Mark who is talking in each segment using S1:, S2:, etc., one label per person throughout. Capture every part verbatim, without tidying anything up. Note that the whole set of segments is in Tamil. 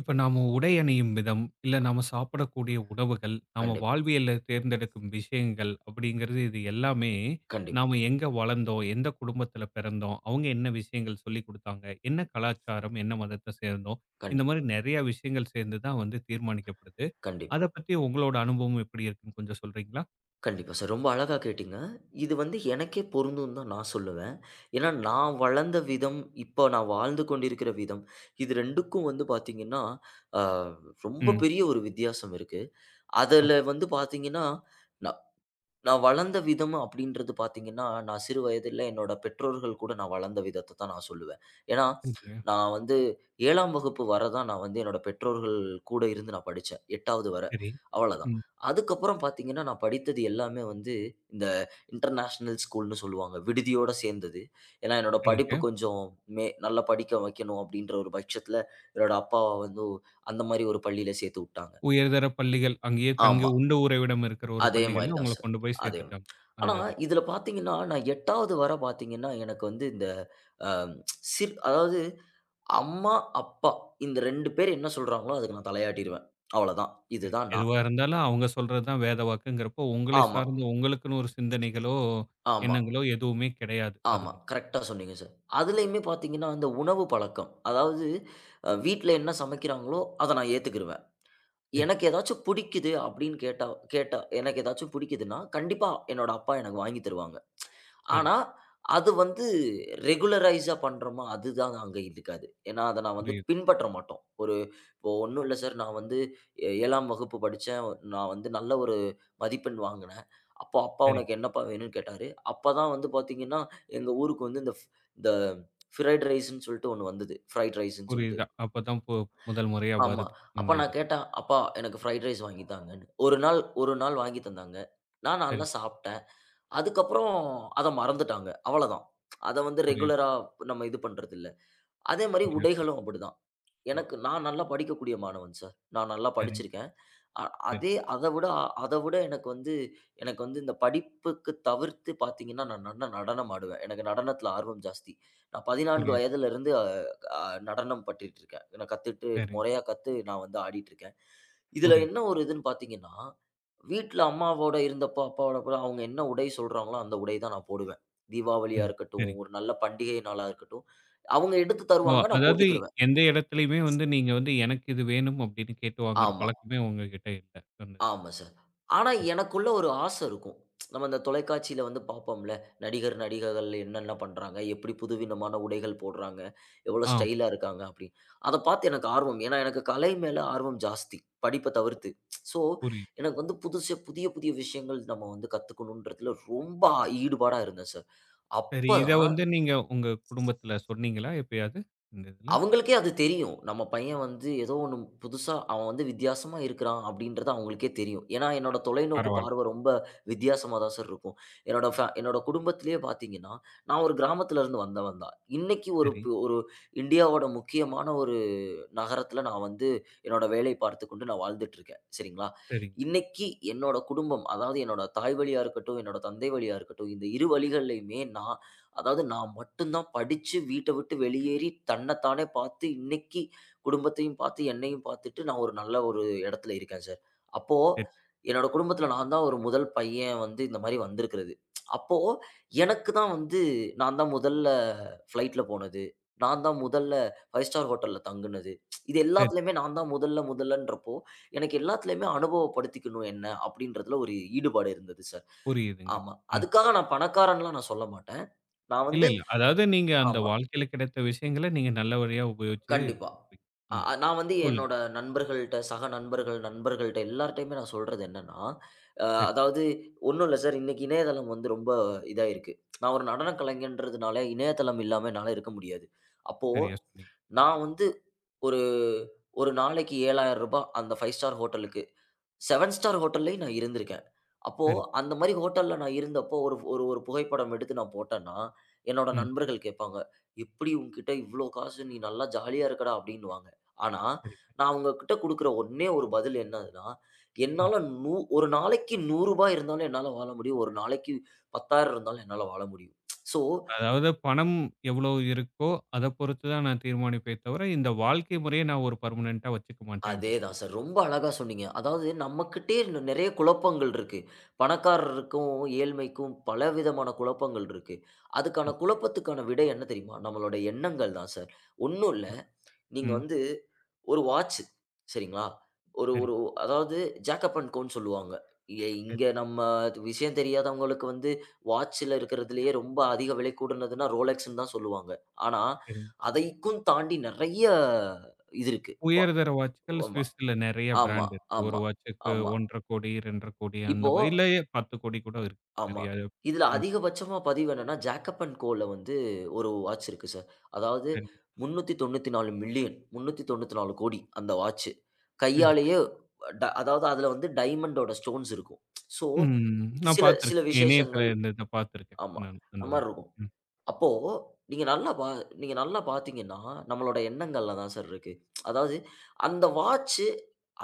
S1: இப்ப நாம உடை அணியும் விதம், இல்ல நாம சாப்பிடக்கூடிய உணவுகள், நாம
S2: கண்டிப்பா,
S1: வாழ்வியல்ல தேர்ந்தெடுக்கும் விஷயங்கள் அப்படிங்கிறது இது எல்லாமே,
S2: கண்டிப்பா,
S1: நாம எங்க வளர்ந்தோம், எந்த குடும்பத்துல பிறந்தோம், அவங்க என்ன விஷயங்கள் சொல்லிக் குடுத்தாங்க, என்ன கலாச்சாரம், என்ன மதத்தை சேர்ந்தோம், இந்த
S2: கண்டிப்பா,
S1: மாதிரி நிறைய விஷயங்கள் சேர்ந்து தான் வந்து தீர்மானிக்கப்படுது.
S2: கண்டிப்பா,
S1: அத பத்தி உங்களோட அனுபவம் எப்படி இருக்குன்னு கொஞ்சம் சொல்றீங்களா?
S2: கண்டிப்பா சார். ரொம்ப அழகா கேட்டீங்க. இது வந்து எனக்கே பொருந்தும்னு தான் நான் சொல்லுவேன். ஏன்னா, நான் வளர்ந்த விதம், இப்போ நான் வாழ்ந்து கொண்டிருக்கிற விதம், இது 2க்கும் வந்து பார்த்தீங்கன்னா, அ ரொம்ப
S1: ம்.
S2: பெரிய ஒரு வித்தியாசம் இருக்கு. அதுல
S1: அப்படி
S2: வந்து பார்த்தீங்கன்னா, நான் வளர்ந்த விதம் அப்படின்றது பார்த்தீங்கன்னா, நான் சிறு வயதில என்னோட பெற்றோர்கள் கூட நான் வளர்ந்த விதத்த தான் நான் சொல்லுவேன். ஏன்னா,
S1: சரிங்க.
S2: நான் வந்து ஏழாம் வகுப்பு வர தான் நான் வந்து என்னோட பெற்றோர்கள் கூட இருந்து நான் படிச்சேன். எட்டாவது வர.
S1: சரி.
S2: அவ்வளதான்.
S1: ம்.
S2: அதுக்கப்புறம் பார்த்தீங்கன்னா, நான் படித்தது எல்லாமே வந்து இந்த இன்டர்நேஷனல் ஸ்கூல்ன்னு சொல்லுவாங்க. விடுதியோட சேர்ந்தது. ஏன்னா, என்னோட படிப்பு
S1: சரிங்க.
S2: கொஞ்சம் மே நல்லா படிக்க வைக்கணும் அப்படின்ற ஒரு பட்சத்தில, என்னோட அப்பா வந்து அந்த மாரி ஒரு பள்ளியில சேர்த்து விட்டாங்க.
S1: உயர்தர பள்ளிகள், அங்கேயே தங்கி
S2: ஆமா.
S1: உண்டு உறைவிடம் இருக்கிற ஒரு
S2: அதே மாரி
S1: பள்ளிகள்ல
S2: தான்
S1: உங்கள
S2: சார்.
S1: கொண்டு போய்
S2: அதே
S1: சேர்த்துட்டாங்க.
S2: ஆனா,
S1: அந்த இதுல.
S2: இதுல பார்த்தீங்கன்னா, நான் எட்டாவது வர பார்த்தீங்கன்னா, எனக்கு வந்து இந்த அ சிற் அதாவது அம்மா, அப்பா இந்த ரெண்டு பேர் என்ன சொல்றாங்களோ, அதுக்கு நான் தலையாட்டிருவேன். அவ்வளதான்.
S1: சரி.
S2: இதுதான் நான்.
S1: எதுவா இருந்தாலும் அவங்க சொல்றது தான் வேத வாக்குங்கிறப்போ, உங்களை
S2: ஆமா,
S1: சார்ந்த உங்களுக்குன்னு ஒரு சிந்தனைகளோ,
S2: ஆமா,
S1: எண்ணங்களோ எதுவுமே கிடையாது. அது
S2: ஆமா.
S1: மட்டும்.
S2: கரெக்ட்டா சொன்னீங்க சார். அதுலயுமே பார்த்தீங்கன்னா, இந்த உணவு பழக்கம். அதாவது அ வீட்ல என்ன சமைக்கிறாங்களோ, அத நான் ஏத்துக்கிருவேன்.
S1: சரி,
S2: எனக்கு ஏதாச்சும் புடிக்குது அப்படின்னு கேட்டா கேட்டா எனக்கு ஏதாச்சும் புடிக்குதுன்னா, கண்டிப்பா என்னோட அப்பா எனக்கு வாங்கி தருவாங்க.
S1: சரி.
S2: ஆனா, அது வந்து ரெகுலரைஸா பண்றோமா, அதுதான் அங்க இருக்காது. ஏன்னா, அத நான் வந்து
S1: புரியுது.
S2: பின்பற்ற மாட்டோம். ஒரு இப்போ ஒண்ணும் இல்ல சார், நான் வந்து ஏ ஏழாம் வகுப்பு படிச்சேன். நான் வந்து நல்ல ஒரு மதிப்பெண் வாங்குனேன். அப்போ அப்பா
S1: சரிங்க.
S2: உனக்கு என்னப்பா வேணும்னு கேட்டாரு. அப்பதான் வந்து பாத்தீங்கன்னா, எங்க ஊருக்கு வந்து இந்த ஃப் இந்த ஃப்ரைட் ரைஸ்ன்னு சொல்லிட்டு ஒண்ணு வந்தது. ஃப்ரைட் ரைஸ்ன்னு சொல்லிட்டு.
S1: புரியுதா? அப்பதான் பு முதல் முறையா
S2: ஆமா.
S1: வருது. அந்த
S2: அப்ப நான்
S1: இதுல.
S2: கேட்டேன், "அப்பா எனக்கு ஃப்ரைட் ரைஸ் வாங்கி தாங்கன்னு." ஒரு நாள் ஒரு நாள் வாங்கி தந்தாங்க. நான்
S1: சரி.
S2: நல்லா சாப்பிட்டேன். அதுக்கப்புறம் அத மறந்துட்டாங்க. அவ்வளதான். அத வந்து
S1: புரியுது.
S2: ரெகுலரா நம்ம இது பண்றதில்ல. அதே மாரி
S1: சரிங்க சார்.
S2: உடைகளும் அப்படிதான்.
S1: ம்.
S2: எனக்கு நான் நல்லா படிக்கக்கூடிய மாணவன் சார். நான் நல்லா
S1: சரிங்க,
S2: படிச்சிருக்கேன். அ
S1: சரி.
S2: அதே அத விட அத விட எனக்கு வந்து எனக்கு வந்து இந்த படிப்புக்கு தவிர்த்து பார்த்தீங்கன்னா, நான் நல்லா நடனம் ஆடுவேன். எனக்கு நடனத்தில ஆர்வம் ஜாஸ்தி. நான் பதினான்கு
S1: புரியுது.
S2: வயதிலிருந்து அ அ நடனம் பட்டுட்டு இருக்கேன். நான் கத்துட்டு
S1: சரிங்க.
S2: முறையா கத்து நான் வந்து ஆடிட்டு இருக்கேன். இதில
S1: புரியுது.
S2: என்ன ஒரு இதுன்னு பார்த்தீங்கன்னா, வீட்ல அம்மாவோட இருந்தப்போ, அப்பாவோட கூட அவங்க என்ன உடை சொல்றாங்களோ, அந்த உடை தான் நான் போடுவேன். தீபாவளியா
S1: ம்.
S2: இருக்கட்டும்,
S1: சரிங்க.
S2: ஒரு நல்ல பண்டிகை நாளா இருக்கட்டும், அவங்க எடுத்து
S1: ஓ!
S2: தருவாங்க. நான்
S1: அதாவது
S2: போட்டுக்கிருவேன்.
S1: எந்த இடத்துலயுமே வந்து நீங்க வந்து எனக்கு இது வேணும் அப்படின்னு கேட்டு வாங்குற
S2: ஆமா.
S1: பழக்கமே உங்ககிட்ட இல்ல. சொன்னது.
S2: ஆமா சார். ஆனா எனக்குள்ள ஒரு ஆசை இருக்கும். நம்ம அந்த தொலைக்காட்சியில வந்து பார்ப்போம்ல. நடிகர், நடிகைகள் என்னென்ன பண்றாங்க? எப்படி புதுவிதமான உடைகள் போடுறாங்க? எவ்வளோ
S1: ஆ
S2: ஸ்டைலா இருக்காங்க? அப்படின்னு. அத பார்த்து எனக்கு ஆர்வம். ஏன்னா எனக்கு கலை மேல ஆர்வம் ஜாஸ்தி. படிப்ப தவிர்த்து. ஸோ
S1: புரியுது.
S2: எனக்கு வந்து புதுசு புதிய புதிய விஷயங்கள் நம்ம வந்து கத்துக்கணுன்றதுல ரொம்ப ஈடுபாடா இருந்தேன் சார்.
S1: சரி. இத
S2: அப்பதான்
S1: வந்து நீங்க உங்க குடும்பத்துல சொன்னீங்களா எப்பயாவது? இந்த இதுல.
S2: அவங்களுக்கே அது தெரியும். நம்ம பையன் வந்து ஏதோ ஒண்ணு புதுசா அவன் வந்து வித்தியாசமா இருக்கிறான் அப்படின்றது அவங்களுக்கே தெரியும். ஏன்னா, என்னோட தொலைநோக்கு
S1: பரவால்ல.
S2: பார்வை ரொம்ப வித்தியாசமா தான் சார் இருக்கும். என்னோட ஃபே என்னோட குடும்பத்திலேயே பார்த்தீங்கன்னா, நான் ஒரு கிராமத்திலருந்து வந்தவன் தான். இன்னைக்கு ஒரு
S1: சரி,
S2: பு- ஒரு இந்தியாவோட முக்கியமான ஒரு நகரத்தில நான் வந்து என்னோட வேலை பார்த்துக்கொண்டு நான் வாழ்ந்துட்டுருக்கேன். சரிங்களா?
S1: சரிங்க.
S2: இன்னைக்கு என்னோட குடும்பம், அதாவது என்னோட தாய் வழியா இருக்கட்டும், என்னோட தந்தை வழியா இருக்கட்டும், இந்த இரு வழிகள்லயுமே நான் அதாவது நான் மட்டும் தான் படிச்சு வீட்ட விட்டு வெளியேறி தன்ன தானே பார்த்து இன்னைக்கு குடும்பத்தையும் பார்த்து, என்னையும் பார்த்துட்டு நான் ஒரு நல்ல ஒரு இடத்துல இருக்கேன் சார். அப்போ
S1: சரி,
S2: என்னோட குடும்பத்தில நான் தான் ஒரு முதல் பையன் வந்து இந்த மாரி வந்திருக்கிறது. அப்போ எனக்கு தான் வந்து நான் தான் முதல்ல ஃப்ளைட்ல போனது. நான் தான் முதல்ல ஐந்து ஸ்டார் ஹோட்டல்ல தங்குனது. இது
S1: சரி.
S2: எல்லாத்துலயுமே நான் தான் முதல்ல முதல்லன்றப்போ, எனக்கு எல்லாத்துலயுமே அனுபவப்படுத்திக்கணும் என்ன அப்படின்றதுல ஒரு ஈடுபாடு இருந்தது சார்.
S1: புரியுதுங்க.
S2: ஆமா.
S1: ம்.
S2: அதுக்காக நான் பணக்காரன்லாம் நான் சொல்ல மாட்டேன். நான்
S1: இல்ல,
S2: வந்து
S1: இல்ல. அதாவது நீங்க அந்த
S2: ஆமா.
S1: வாழ்க்கையில கிடைத்த விஷயங்கள நீங்க நல்ல வழியா உபயோகிச்சு இது
S2: கண்டிப்பா.
S1: பண்றீங்க.
S2: அ
S1: இந்த
S2: அ நான் வந்து
S1: சொல்லுங்க.
S2: என்னோட நண்பர்கள்ட்ட, சக நண்பர்கள், நண்பர்கள்ட்ட எல்லார்ட்டயுமே நான் சொல்றது என்னன்னா, அ
S1: சரி,
S2: அதாவது ஒண்ணும் இல்ல சார். இன்னைக்கு இணையதளம் வந்து ரொம்ப இதாயிருக்கு. நான் ஒரு நடன கலைஞன்றதுனால இணையதளம் இல்லாம என்னால இருக்க முடியாது. அப்போ
S1: சரியா சொன்னீங்க.
S2: நான் வந்து ஒரு ஒரு நாளைக்கு ரூ. ஏழாயிரம் அந்த ஐந்து ஸ்டார் ஹோட்டலுக்கு ஏழு ஸ்டார் ஹோட்டல்லயும் நான் இருந்திருக்கேன். அப்போ
S1: சரி.
S2: அந்த மாரி ஹோட்டல்ல நான் இருந்தப்போ, ஒரு ஒரு ஒரு புகைப்படம் எடுத்து நான் போட்டேன்னா, என்னோட
S1: ம்.
S2: நண்பர்கள் கேட்பாங்க, "எப்டி உன்கிட்ட இவ்ளோ காசு? நீ நல்லா ஜாலியா இருக்கடா" அப்டின்னுவாங்க. ஆனா,
S1: சரி.
S2: நான் அவங்ககிட்ட குடுக்குற ஒண்ணே ஒரு பதில் என்னதுன்னா,
S1: ம்.
S2: என்னால நூ ஒரு நாளைக்கு ரூ. நூறு இருந்தாலும் என்னால வாழ முடியும். ஒரு நாளைக்கு பத்தாயிரம் இருந்தாலும் என்னால வாழ முடியும். ஸோ
S1: அதாவது பணம் எவ்வளோ இருக்கோ, அத பொறுத்து தான் நான் தீர்மானிப்பே தவிர, இந்த வாழ்க்கை முறைய நான் ஒரு பெர்மனன்ட்டா வச்சுக்க மாட்டேன் அப்படின்னு
S2: அதேதான்
S1: சொல்றீங்க.
S2: சார். ரொம்ப அழகா சொன்னீங்க. அதாவது நம்மகிட்டயே இன்னும் நெறைய குழப்பங்கள் இருக்கு. பணக்காரருக்கும், ஏழ்மைக்கும் பலவிதமான குழப்பங்கள் இருக்கு. அதுக்கான குழப்பத்துக்கான விடை என்ன தெரியுமா? நம்மளோட எண்ணங்கள் தான் சார். ஒண்ணும் இல்ல. நீங்க
S1: ம்.
S2: வந்து ஒரு வாட்ச் சரிங்களா? ஒரு
S1: சரி,
S2: ஒரு அதாவது ஜாக்கப் அண்ட் கோன்னு சொல்லுவாங்க. எ
S1: சரி,
S2: இங்க நம்ம விஷயம் தெரியாதவங்களுக்கு வந்து வாட்ச்ல இருக்கிறதுலயே ரொம்ப அதிக விலை கூடுனதுன்னா ரோலெக்ஸ்ன்னு தான் சொல்லுவாங்க. ஆனா,
S1: சரிங்க.
S2: அதைக்கும் தாண்டி நெறைய இது இருக்கு. வ
S1: உயர் தர வாட்ச்கள்
S2: ஆமா.
S1: Swissல நெறைய
S2: ஆமா,
S1: பிராண்ட் இருக்கு. ஒரு
S2: ஆமா,
S1: வாட்சுக்கு
S2: ஆமா.
S1: நூற்று ஐம்பது கோடி, இரண்டரை கோடி
S2: இப்போ
S1: அந்த மாரி இல்ல பத்து கோடி கூட இருக்கு.
S2: ஆமா.
S1: நெறைய
S2: இதுல
S1: ம்.
S2: அதிகபட்சமா பதிவு என்னன்னா, ஜேக்கப் அண்ட் கோல வந்து ஒரு வாட்ச் இருக்கு சார். அதாவது
S1: சரிங்க.
S2: முன்னூற்று தொண்ணூற்று நான்கு மில்லியன் முன்னூற்று தொண்ணூற்று நான்கு கோடி அந்த வாட்ச்.
S1: சரி.
S2: கையாலேயே ட அதாவது அதுல வந்து டைமண்டோட ஸ்டோன்ஸ் இருக்கும். ஸோ
S1: ம்.
S2: இது
S1: நான்
S2: சில சில
S1: பார்த்திருக்கேன். இணையத்தில
S2: விசேஷங்கள்
S1: இருந்தத பார்த்திருக்கேன்.
S2: ஆமா.
S1: நானு அந்த
S2: அது மாரி
S1: வார்த்தை.
S2: இருக்கும்.
S1: ம்.
S2: அப்போ நீங்க நல்லா பா நீங்க நல்லா பாத்தீங்கன்னா, நம்மளோட எண்ணங்கள்ல தான் சார் இருக்கு. அதாவது அந்த வாட்ச்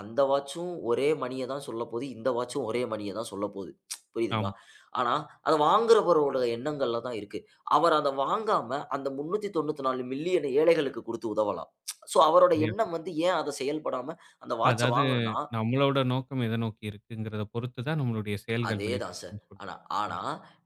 S2: அந்த வாட்சும் ஒரே மணிய தான் சொல்லப்போது. இந்த வாட்சும் ஒரே மணிய தான் சொல்லப்போது. புரியுதுங்களா?
S1: ஆமா.
S2: ஆனா, அத வாங்குறவரோட எண்ணங்கள்ல தான் இருக்கு. அவர் அத வாங்காம அந்த முன்னூற்று தொண்ணூற்று நான்கு மில்லியன் ஏழைகளுக்கு குடுத்து உதவலாம். சோ அவரோட
S1: சரியா
S2: எண்ணம்
S1: சொன்னீங்க.
S2: வந்து ஏன் அத செயல்படாம அந்த வாட்ச
S1: அதாவது
S2: வாங்கணும்னா
S1: நம்மளோட நோக்கம் எத நோக்கி இருக்குங்கிறத பொறுத்து தான் நம்மளுடைய செயல்கள்
S2: அதேதான் சார்.
S1: வெளிப்படுதுன்னு சொல்றீங்க.
S2: ஆனா ஆனா
S1: ம்.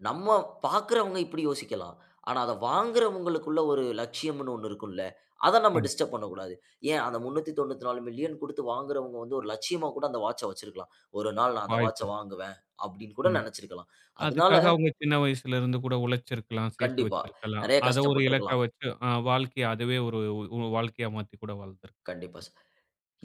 S2: நம்ம பார்க்கிறவங்க இப்படி யோசிக்கலாம். ஆனா அத வாங்குறவங்களுக்குள்ள ஒரு லட்சியம்ன்னு ஒண்ணு இருக்கும்ல. அத நம்ம
S1: ஆமா.
S2: டிஸ்டர்ப் பண்ணக்கூடாது. ஏன் அந்த முன்னூற்று தொண்ணூற்று நான்கு மில்லியன் குடுத்து வாங்குறவங்க வந்து ஒரு லட்சியமா கூட அந்த வாட்ச வச்சிருக்கலாம். ஒரு நாள் நான் அந்த
S1: வாய்ப்பு
S2: வாட்ச
S1: இருக்கு.
S2: வாங்குவேன் அப்படின்னு கூட
S1: ம்.
S2: நெனச்சிருக்கலாம். அதனால
S1: அதுக்காக அவங்க சின்ன வயசுலருந்து கூட உழைச்சிருக்கலாம், சேர்த்து
S2: கண்டிப்பா.
S1: வச்சிருக்கலாம்.
S2: நெறைய
S1: அத ஒரு இலக்கா
S2: கஷ்டப்பட்டுருக்கலாம்.
S1: வச்சு அ வாழ்க்கைய அதுவே ஒரு ஒரு வாழ்க்கையா மாத்தி கூட வாழ்ந்திருக்கு.
S2: கண்டிப்பா சார்.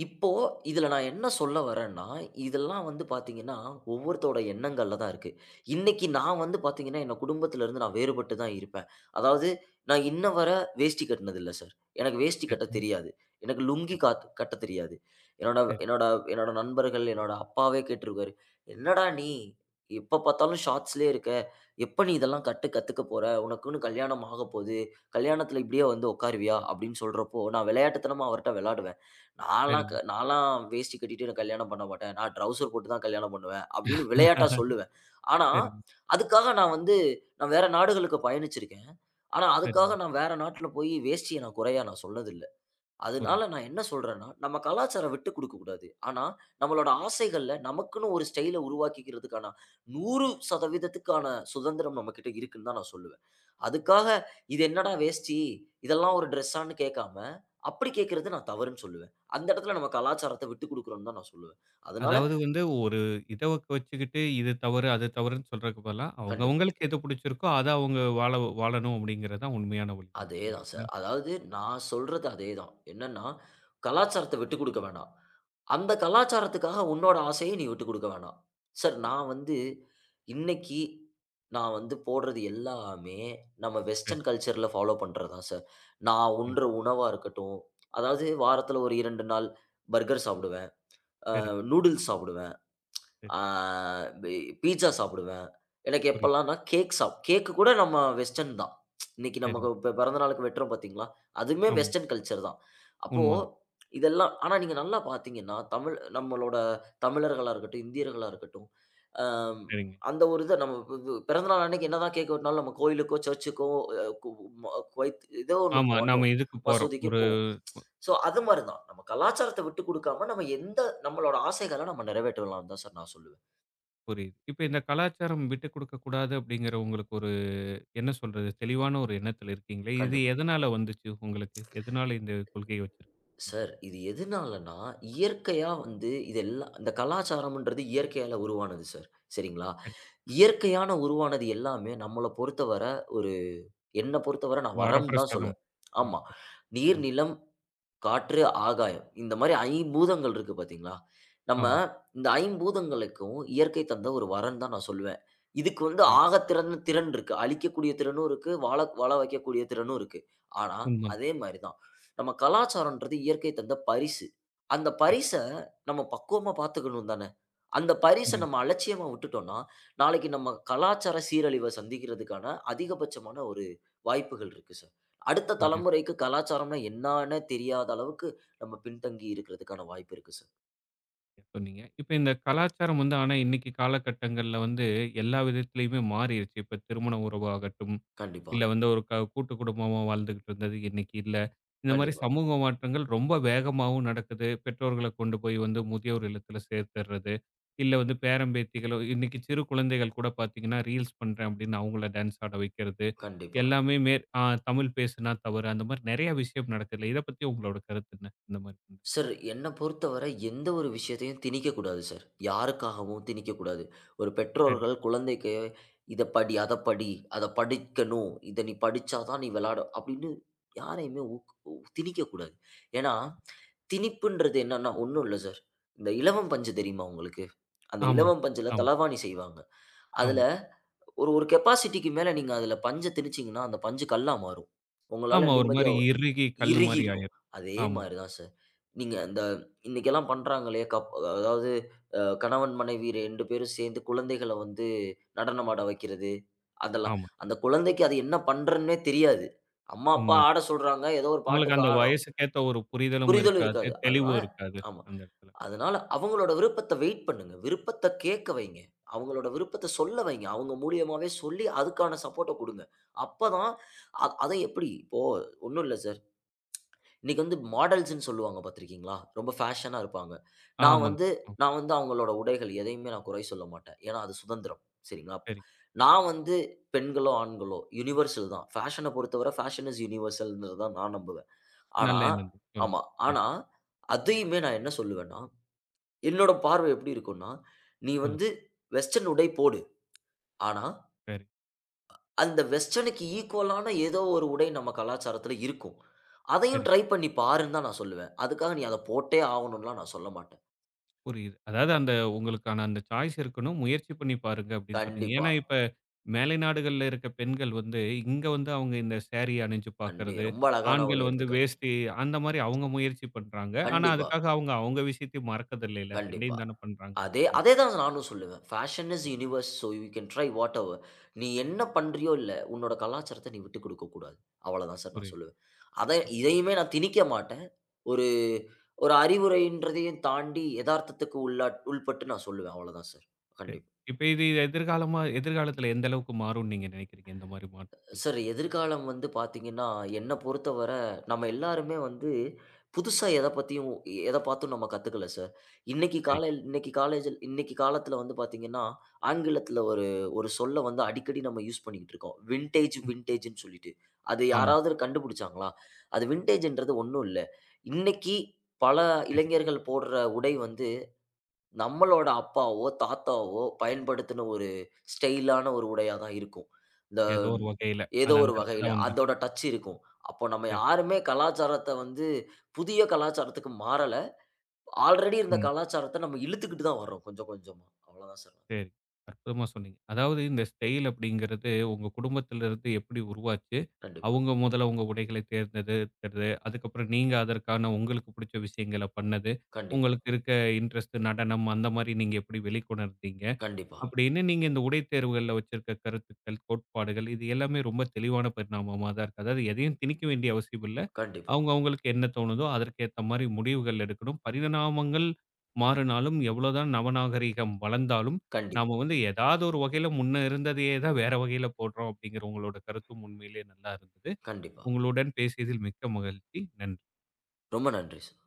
S2: இப்போ இதுல நான் என்ன சொல்ல வரேன்னா, இதெல்லாம் வந்து பார்த்தீங்கன்னா, ஒவ்வொருத்தரோட எண்ணங்கள்ல தான் இருக்கு. இன்னைக்கு நான் வந்து பார்த்தீங்கன்னா, என்னோட குடும்பத்துல இருந்து நான் வேறுபட்டு தான் இருப்பேன். அதாவது நான் இன்ன வர வேஷ்டி கட்டினதில்ல சார். எனக்கு வேஷ்டி கட்ட
S1: சரிங்க.
S2: தெரியாது. எனக்கு
S1: சரி,
S2: லுங்கி காத் கட்ட தெரியாது. என்னோட
S1: சரி.
S2: என்னோட என்னோட நண்பர்கள், என்னோட அப்பாவே கேட்டுருக்காரு. "என்னடா நீ எப்ப பார்த்தாலும் ஷார்ட்ஸ்லயே இருக்க. எப்ப நீ இதெல்லாம் கட்டு கத்துக்க போற? உனக்குன்னு கல்யாணம் ஆகப்போது. கல்யாணத்துல இப்படியே வந்து உட்காருவியா?" அப்படின்னு சொல்றப்போ, நான் விளையாட்டுத்தனமா அவர்ட்ட விளையாடுவேன். நான்லாம்
S1: சரிங்க.
S2: க நான்லாம் வேஷ்டி கட்டிட்டு நான் கல்யாணம் பண்ண மாட்டேன். நான் ட்ரவுசர் போட்டு தான் கல்யாணம் பண்ணுவேன். அப்படின்னு விளையாட்டா சொல்லுவேன். ஆனா,
S1: சரிங்க,
S2: அதுக்காக நான் வந்து நான் வேற நாடுகளுக்கு பயணிச்சிருக்கேன். ஆனா,
S1: சரிங்க.
S2: அதுக்காக நான் வேற நாட்டுல போய் வேஷ்டிய நான் குறையா நான் சொன்னதில்ல. அதனால
S1: புரியுது.
S2: நான் என்ன சொல்றேன்னா, நம்ம கலாச்சாரம் விட்டு குடுக்கக்கூடாது. ஆனா, நம்மளோட ஆசைகள்ல நமக்குன்னு ஒரு ஸ்டைல உருவாக்கிக்கிறதுக்கான நூறு சதவீதம் சுதந்திரம் நம்மகிட்ட இருக்குன்னு தான் நான் சொல்லுவேன். அதுக்காக "இது என்னடா வேஷ்டி? இதெல்லாம் ஒரு ட்ரெஸ்ஸான்னு?" கேட்காம, அப்படி கேட்கிறது நான் தவறுன்னு சொல்லுவேன். அந்த இடத்துல நம்ம கலாச்சாரத்த விட்டு குடுக்குறோம்ன்னு தான் நான் சொல்லுவேன். அதனால
S1: அதாவது வந்து ஒரு இத வச்சுக்கிட்டு, இது தவறு, அது தவறுன்னு சொல்றதுக்கு பதிலா,
S2: கண்டிப்பா.
S1: அவங்கவங்களுக்கு எது பிடிச்சிருக்கோ, அத அவங்க வாழ வாழணும் அப்படிங்கிறது தான் உண்மையான வழிமுறை
S2: அதேதான்
S1: இல்லைங்களா?
S2: சார். அதாவது நான் சொல்றது அதேதான். என்னன்னா, கலாச்சாரத்த விட்டு குடுக்க வேணாம். அந்த கலாச்சாரத்துக்காக உன்னோட ஆசைய நீ விட்டுக் குடுக்க வேணாம். சார் நான் வந்து இன்னைக்கு நான் வந்து போடுறது எல்லாமே நம்ம
S1: சரி,
S2: வெஸ்டர்ன் கல்ச்சர்ல ஃபாலோ பண்றது தான் சார். நான்
S1: புரியுது.
S2: உண்ற உணவா இருக்கட்டும், அதாவது வாரத்துல ஒரு ரெண்டு நாள் பர்கர் சாப்பிடுவேன், அ
S1: சரிங்க,
S2: நூடுல்ஸ் சாப்பிடுவேன்.
S1: சரி.
S2: ஆ பி பீட்ஸா சாப்பிடுவேன். எனக்கு
S1: புரியுது.
S2: எப்பலான்னா கேக் சாப் கேக் கூட நம்ம வெஸ்டர்ன் தான். இன்னைக்கு நமக்கு
S1: சரிங்க.
S2: இப்ப பிறந்த நாளுக்கு வெட்டுறோம் பார்த்தீங்களா? அதுவுமே
S1: ஆமா.
S2: வெஸ்டர்ன் கல்ச்சர் தான். அப்போ
S1: உண்மதான்.
S2: இதெல்லாம் ஆனா நீங்க நல்லா பார்த்தீங்கன்னா, தமிழ் நம்மளோட தமிழர்களா இருக்கட்டும், இந்தியர்களா இருக்கட்டும், அம்
S1: சரிங்க.
S2: அந்த ஒரு இத நம்ம பி பி பிறந்தநாள் அன்னைக்கு என்னதான் கேக் வெட்டினாலும் நம்ம கோயிலுக்கோ, சர்ச்சுக்கோ, அ கு ம குவைத் ஏதோ ஒண்ணு
S1: ஆமா. நாம
S2: பண்ணுவோம்.
S1: இதுக்கு போறோம்.
S2: மசூதிக்கே
S1: ஒரு
S2: போவோம். ஸோ அது மாரி தான். நம்ம கலாச்சாரத்த விட்டு குடுக்காம, நம்ம எந்த நம்மளோட ஆசைகள நம்ம நிறைவேற்றலாம்ன்னு தான் சார் நான் சொல்லுவேன்.
S1: புரியுது. இப்ப இந்த கலாச்சாரம் விட்டுக் குடுக்கக் கூடாது அப்படிங்கிற உங்களுக்கு ஒரு என்ன சொல்றது? தெளிவான ஒரு எண்ணத்துல இருக்கீங்களே. இது
S2: கண்டிப்பா.
S1: எதனால வந்துச்சு உங்களுக்கு? எதனால இந்த கொள்கைய வச்சிருக்கீங்க?
S2: சார் இது எதுனாலன்னா, இயற்கையா வந்து இது எல்லாம் இந்த கலாச்சாரம்ன்றது இயற்கையால உருவானது சார். சரிங்களா?
S1: சரி.
S2: இயற்கையான உருவானது எல்லாமே நம்மள பொறுத்தவர ஒரு என்ன பொறுத்தவர நான் வரம்ன்னு தான்
S1: வரப்பிரசாதம்.
S2: சொல்லுவேன். ஆமா.
S1: வரப்பிரசாதம்.
S2: நீர்,
S1: ம்.
S2: நிலம், காற்று, ஆகாயம். இந்த மாரி ஐம்பூதங்கள் இருக்கு பார்த்தீங்களா? நம்ம
S1: ஆமாங்க.
S2: இந்த ஐம்பூதங்களுக்கும் இயற்கை தந்த ஒரு வரன்னு தான் நான் சொல்லுவேன். இதுக்கு வந்து
S1: புரியுது.
S2: ஆகத்திறன்னு திறன் இருக்கு. அழிக்கக்கூடிய திறனும் இருக்கு. வாழ வாழ வைக்கக்கூடிய திறனும் இருக்கு. ஆனா,
S1: உண்மதான்.
S2: அதே மாரி தான். நம்ம கலாச்சாரம்ன்றது இயற்கை தந்த பரிசு. அந்த
S1: சரி.
S2: பரிச நம்ம பக்குவமா பார்த்துக்கணும் தான? அந்த பரிச
S1: புரியுது.
S2: நம்ம அலட்சியமா விட்டுட்டோம்னா, நாளைக்கு நம்ம கலாச்சார சீரழிவ சந்திக்கிறதுக்கான அதிகபட்சமான ஒரு வாய்ப்புகள் இருக்கு சார். அடுத்த
S1: சரியா
S2: தலைமுறைக்கு கலாச்சாரம்னா என்னான்னு தெரியாத அளவுக்கு நம்ம பின்தங்கி இருக்கிறதுக்கான வாய்ப்பு இருக்கு சார்.
S1: சொன்னீங்க. இப்ப இந்த கலாச்சாரம் வந்து ஆனா இன்னைக்கு காலகட்டங்கள்ல வந்து எல்லா விதத்திலயுமே மாறிருச்சு. இப்ப திருமண உறவாகட்டும்,
S2: கண்டிப்பா,
S1: இல்ல வந்து ஒரு க கூட்டு குடும்பமா வாழ்ந்துகிட்டு இருந்தது இன்னைக்கு இல்ல. இந்த மாரி
S2: கண்டிப்பா,
S1: சமூக மாற்றங்கள் ரொம்ப வேகமாவும் நடக்குது. பெற்றோர்கள கொண்டு போய் வந்து முதியோர் இல்லத்துல சேர்த்துறது, இல்ல வந்து பேரன் பேத்திகளோ இன்னைக்கு சிறு குழந்தைகள் கூட பார்த்தீங்கன்னா, ரீல்ஸ் பண்றேன் அப்படின்னு அவங்கள டான்ஸ் ஆட வைக்கிறது.
S2: கண்டிப்பா.
S1: எல்லாமே மேற் ஆ தமிழ் பேசுனா தவறு அந்த மாரி நெறைய விஷயம் நடக்குதுல்ல. இத பத்தி உங்களோட கருத்து என்ன? இந்த மாரி.
S2: சார், என்ன பொறுத்தவரை எந்த ஒரு விஷயத்தையும் திணிக்கக்கூடாது சார். யாருக்காகவும் திணிக்கக்கூடாது. ஒரு
S1: சரி.
S2: பெற்றோர்கள் குழந்தைக்கு "இத படி, அத படி, அத படிக்கணும். இத நீ படிச்சா தான் நீ விளையாட" அப்படின்னு யாரையுமே ஊக் உ திணிக்கக்கூடாது. ஏன்னா, திணிப்புன்றது என்னன்னா, ஒண்ணும் இல்ல சார். இந்த இலவம் பஞ்சு தெரியுமா உங்களுக்கு? அந்த
S1: ஆமாங்க.
S2: இலவம் பஞ்சுல
S1: ஆமா,
S2: தலவாணி செய்வாங்க. அதுல
S1: ஆமா.
S2: ஒரு ஒரு கெப்பாசிட்டிக்கு மேல நீங்க அதுல பஞ்ச திணிச்சீங்கன்னா, அந்த பஞ்சு கல்லா மாறும். உங்களால
S1: ஆமா. ஒரு
S2: நிம்மதியா
S1: மாரி இறுகி கல்லு
S2: இறுகி
S1: மாரி
S2: இருக்கும்.
S1: ஆயிரும்.
S2: அதே
S1: ஆமாங்க,
S2: மாரி தான் சார். நீங்க அந்த இன்னைக்கெல்லாம் பண்றாங்களே கப் அதாவது அ கணவன், மனைவி ரெண்டு பேரும் சேர்ந்து குழந்தைகள வந்து நடனம் ஆட வைக்கிறது. அதெல்லாம்.
S1: ஆமாங்க.
S2: அந்த குழந்தைக்கு அது என்ன பண்றன்னே தெரியாது. அம்மா, அப்பா
S1: உண்மதான்.
S2: ஆட சொல்றாங்க. ஏதோ ஒரு
S1: உங்களுக்கு
S2: பாட்டுக்கு
S1: அந்த
S2: ஆடுறோம்.
S1: வயசுக்கேத்த ஒரு புரிதலும்
S2: புரிதலும்
S1: இருக்காது,
S2: இருக்காது. அதனால
S1: தெளிவும் இருக்காது
S2: ஆமா.
S1: அந்த இடத்துல.
S2: அதனால அவங்களோட விருப்பத்த வெயிட் பண்ணுங்க. விருப்பத்த கேட்க வைங்க. அவங்களோட விருப்பத்த சொல்ல வைங்க. அவங்க மூலியமாவே சொல்லி அதுக்கான சப்போர்ட்ட குடுங்க. அப்பதான் அ அத எப்படி இப்போ ஒண்ணும் இல்ல சார். இன்னைக்கு வந்து மாடல்ஸ்ன்னு சொல்லுவாங்க பார்த்துருக்கீங்களா? ரொம்ப ஃபேஷனா இருப்பாங்க. நான்
S1: ஆமாங்க.
S2: வந்து
S1: ம்.
S2: நான் வந்து அவங்களோட உடைகள் எதையுமே நான் குறை சொல்ல மாட்டேன். ஏன்னா அது சுதந்திரம். சரிங்களா?
S1: சரி.
S2: நான் வந்து பெண்களோ, ஆண்களோ யுனிவர்சல் தான். ஃபேஷன பொறுத்தவரை ஃபேஷன் இஸ் யூனிவர்சல்ன்றது தான் நான் நம்புவேன். ஆனா
S1: நல்ல எண்ணம் தான். சொல்லுங்க.
S2: ஆமா.
S1: ம்.
S2: ஆனா அதையுமே நான் என்ன சொல்லுவேன்னா, என்னோட பார்வை எப்படி இருக்கும்னா, நீ
S1: சொல்லுங்க.
S2: வந்து வெஸ்டர்ன் உடை போடு. ஆனா
S1: சரி,
S2: அந்த வெஸ்டர்னுக்கு ஈக்குவலான ஏதோ ஒரு உடை நம்ம கலாச்சாரத்துல இருக்கும். அதையும்
S1: சரி.
S2: ட்ரை பண்ணி பாருன்னு தான் நான் சொல்லுவேன். அதுக்காக நீ அத போட்டே ஆகணும்லாம் நான் சொல்ல மாட்டேன்.
S1: புரியுது. அதாவது அந்த உங்களுக்கான அந்த சாய்ஸ் இருக்கணும். முயற்சி பண்ணி பாருங்க அப்படின்னு சொல்றீங்க.
S2: கண்டிப்பா.
S1: ஏன்னா, இப்ப மேலை நாடுகள்ல இருக்க பெண்கள் வந்து, இங்க வந்து அவங்க இந்த சாரி அணிஞ்சு
S2: கண்டி
S1: பாக்குறது,
S2: ரொம்ப அழகான ஒரு
S1: ஆண்கள் வந்து
S2: எடுத்துக்காட்டு.
S1: வேஷ்டி அந்த மாரி அவங்க முயற்சி பண்றாங்க. ஆனா,
S2: கண்டிப்பா,
S1: அதுக்காக அவங்க அவங்க விஷயத்தையும் மறக்கதில்லைல்ல.
S2: கண்டிப்பா.
S1: ரெண்டையும் தானே பண்றாங்க.
S2: அதே
S1: ம்.
S2: அதே தான் நானும் சொல்லுவேன். Fashion is universe so you can try whatever. நீ என்ன பண்றியோ இல்ல, உன்னோட கலாச்சாரத்த நீ விட்டுக் குடுக்கக் கூடாது. அவ்வளதான் சார் நான்
S1: புரியுது.
S2: சொல்லுவேன். அத இதையுமே நான் திணிக்க மாட்டேன். ஒரு ஒரு அறிவுரைன்றதையும் தாண்டி எதார்த்தத்துக்கு உள்ளாட் உள்பட்டு நான் சொல்லுவேன். அவ்வளதான் சார்.
S1: சரி.
S2: கண்டிப்பா.
S1: இப்ப இது எதிர்காலமா எதிர்காலத்துல எந்த அளவுக்கு மாறும்னு நீங்க நினைக்கிறீங்க? இந்த மாரி மாற்றங்கள்.
S2: சார், எதிர்காலம் வந்து பார்த்தீங்கன்னா, என்ன பொறுத்தவர நம்ம எல்லாருமே வந்து புதுசா எத பத்தியும் எத பார்த்தும் நம்ம கத்துக்கல சார். இன்னைக்கு
S1: சரி.
S2: காலைல் இன்னைக்கு காலேஜில் இன்னைக்கு காலத்துல வந்து பார்த்தீங்கன்னா, ஆங்கிலத்துல ஒரு ஒரு சொல்ல வந்து அடிக்கடி நம்ம யூஸ் பண்ணிக்கிட்டு இருக்கோம். விண்டேஜ்
S1: ம்.
S2: விண்டேஜ்ன்னு சொல்லிட்டு. அது
S1: ஆமா.
S2: யாராவது கண்டுபிடிச்சாங்களா? அது விண்டேஜ்ன்றது ஒண்ணும் இல்ல. இன்னைக்கு பல
S1: சரி.
S2: இளைஞர்கள் போடுற உடை வந்து நம்மளோட அப்பாவோ, தாத்தாவோ பயன்படுத்தின ஒரு ஸ்டைலான ஒரு உடையா தான் இருக்கும். இந்த
S1: ஏதோ
S2: ம்,
S1: ஒரு வகையில.
S2: ஏதோ
S1: அது
S2: ஒரு
S1: அங்க இருந்து
S2: வகையில
S1: தான் வந்திருக்கு.
S2: அதோட டச் இருக்கும். அப்போ நம்ம
S1: சரி.
S2: யாருமே கலாச்சாரத்த வந்து புதிய கலாச்சாரத்துக்கு மாறல. ஆல்ரெடி இருந்த
S1: ம்.
S2: கலாச்சாரத்த நம்ம இழுத்துக்கிட்டு தான் வர்றோம் கொஞ்சம் கொஞ்சமா. அவ்வளோதான் சார்.
S1: சரி. அற்புதமா சொன்னீங்க. அதாவது இந்த ஸ்டைல் அப்படிங்கிறது உங்க குடும்பத்திலிருந்து எப்படி உருவாச்சு?
S2: கண்டிப்பா,
S1: அவங்க முதல்ல உங்க உடைகளை தேர்ந்தெடுக்கிறது, அதுக்கப்புறம் நீங்க அதற்கான உங்களுக்கு பிடிச்ச விஷயங்கள பண்ணது,
S2: கண்டிப்பா,
S1: உங்களுக்கு இருக்க இன்ட்ரெஸ்ட் நடனம் அந்த மாரி நீங்க எப்படி வெளிக்கொணர்ந்தீங்க?
S2: கண்டிப்பா,
S1: அப்படின்னு நீங்க இந்த உடை தேர்வுகள்ல வச்சிருக்க கருத்துக்கள், கோட்பாடுகள் இது எல்லாமே ரொம்ப தெளிவான பரிணாமமா தான் இருக்கு. அதாவது எதையும் திணிக்க வேண்டிய அவசியம் இல்ல.
S2: கண்டிப்பா, கண்டிப்பா,
S1: அவங்க அவங்களுக்கு என்ன தோணுதோ அதற்கேத்த மாரி முடிவுகள் எடுக்கணும். பரிணாமங்கள் மாறுனாலும், எவ்வளோதான் நவநாகரீகம் வளர்ந்தாலும்,
S2: கண்டிப்பா,
S1: நாம வந்து ஏதாவது ஒரு வகையில முன்ன இருந்ததையே தான் வேற வகையில போடுறோம் அப்படிங்கிற உங்களோட கருத்தும் உண்மையிலேயே நல்லா இருந்தது.
S2: கண்டிப்பா.
S1: உங்களுடன் பேசியதில் மிக்க மகிழ்ச்சி. நன்றி.
S2: ரொம்ப நன்றி சார்.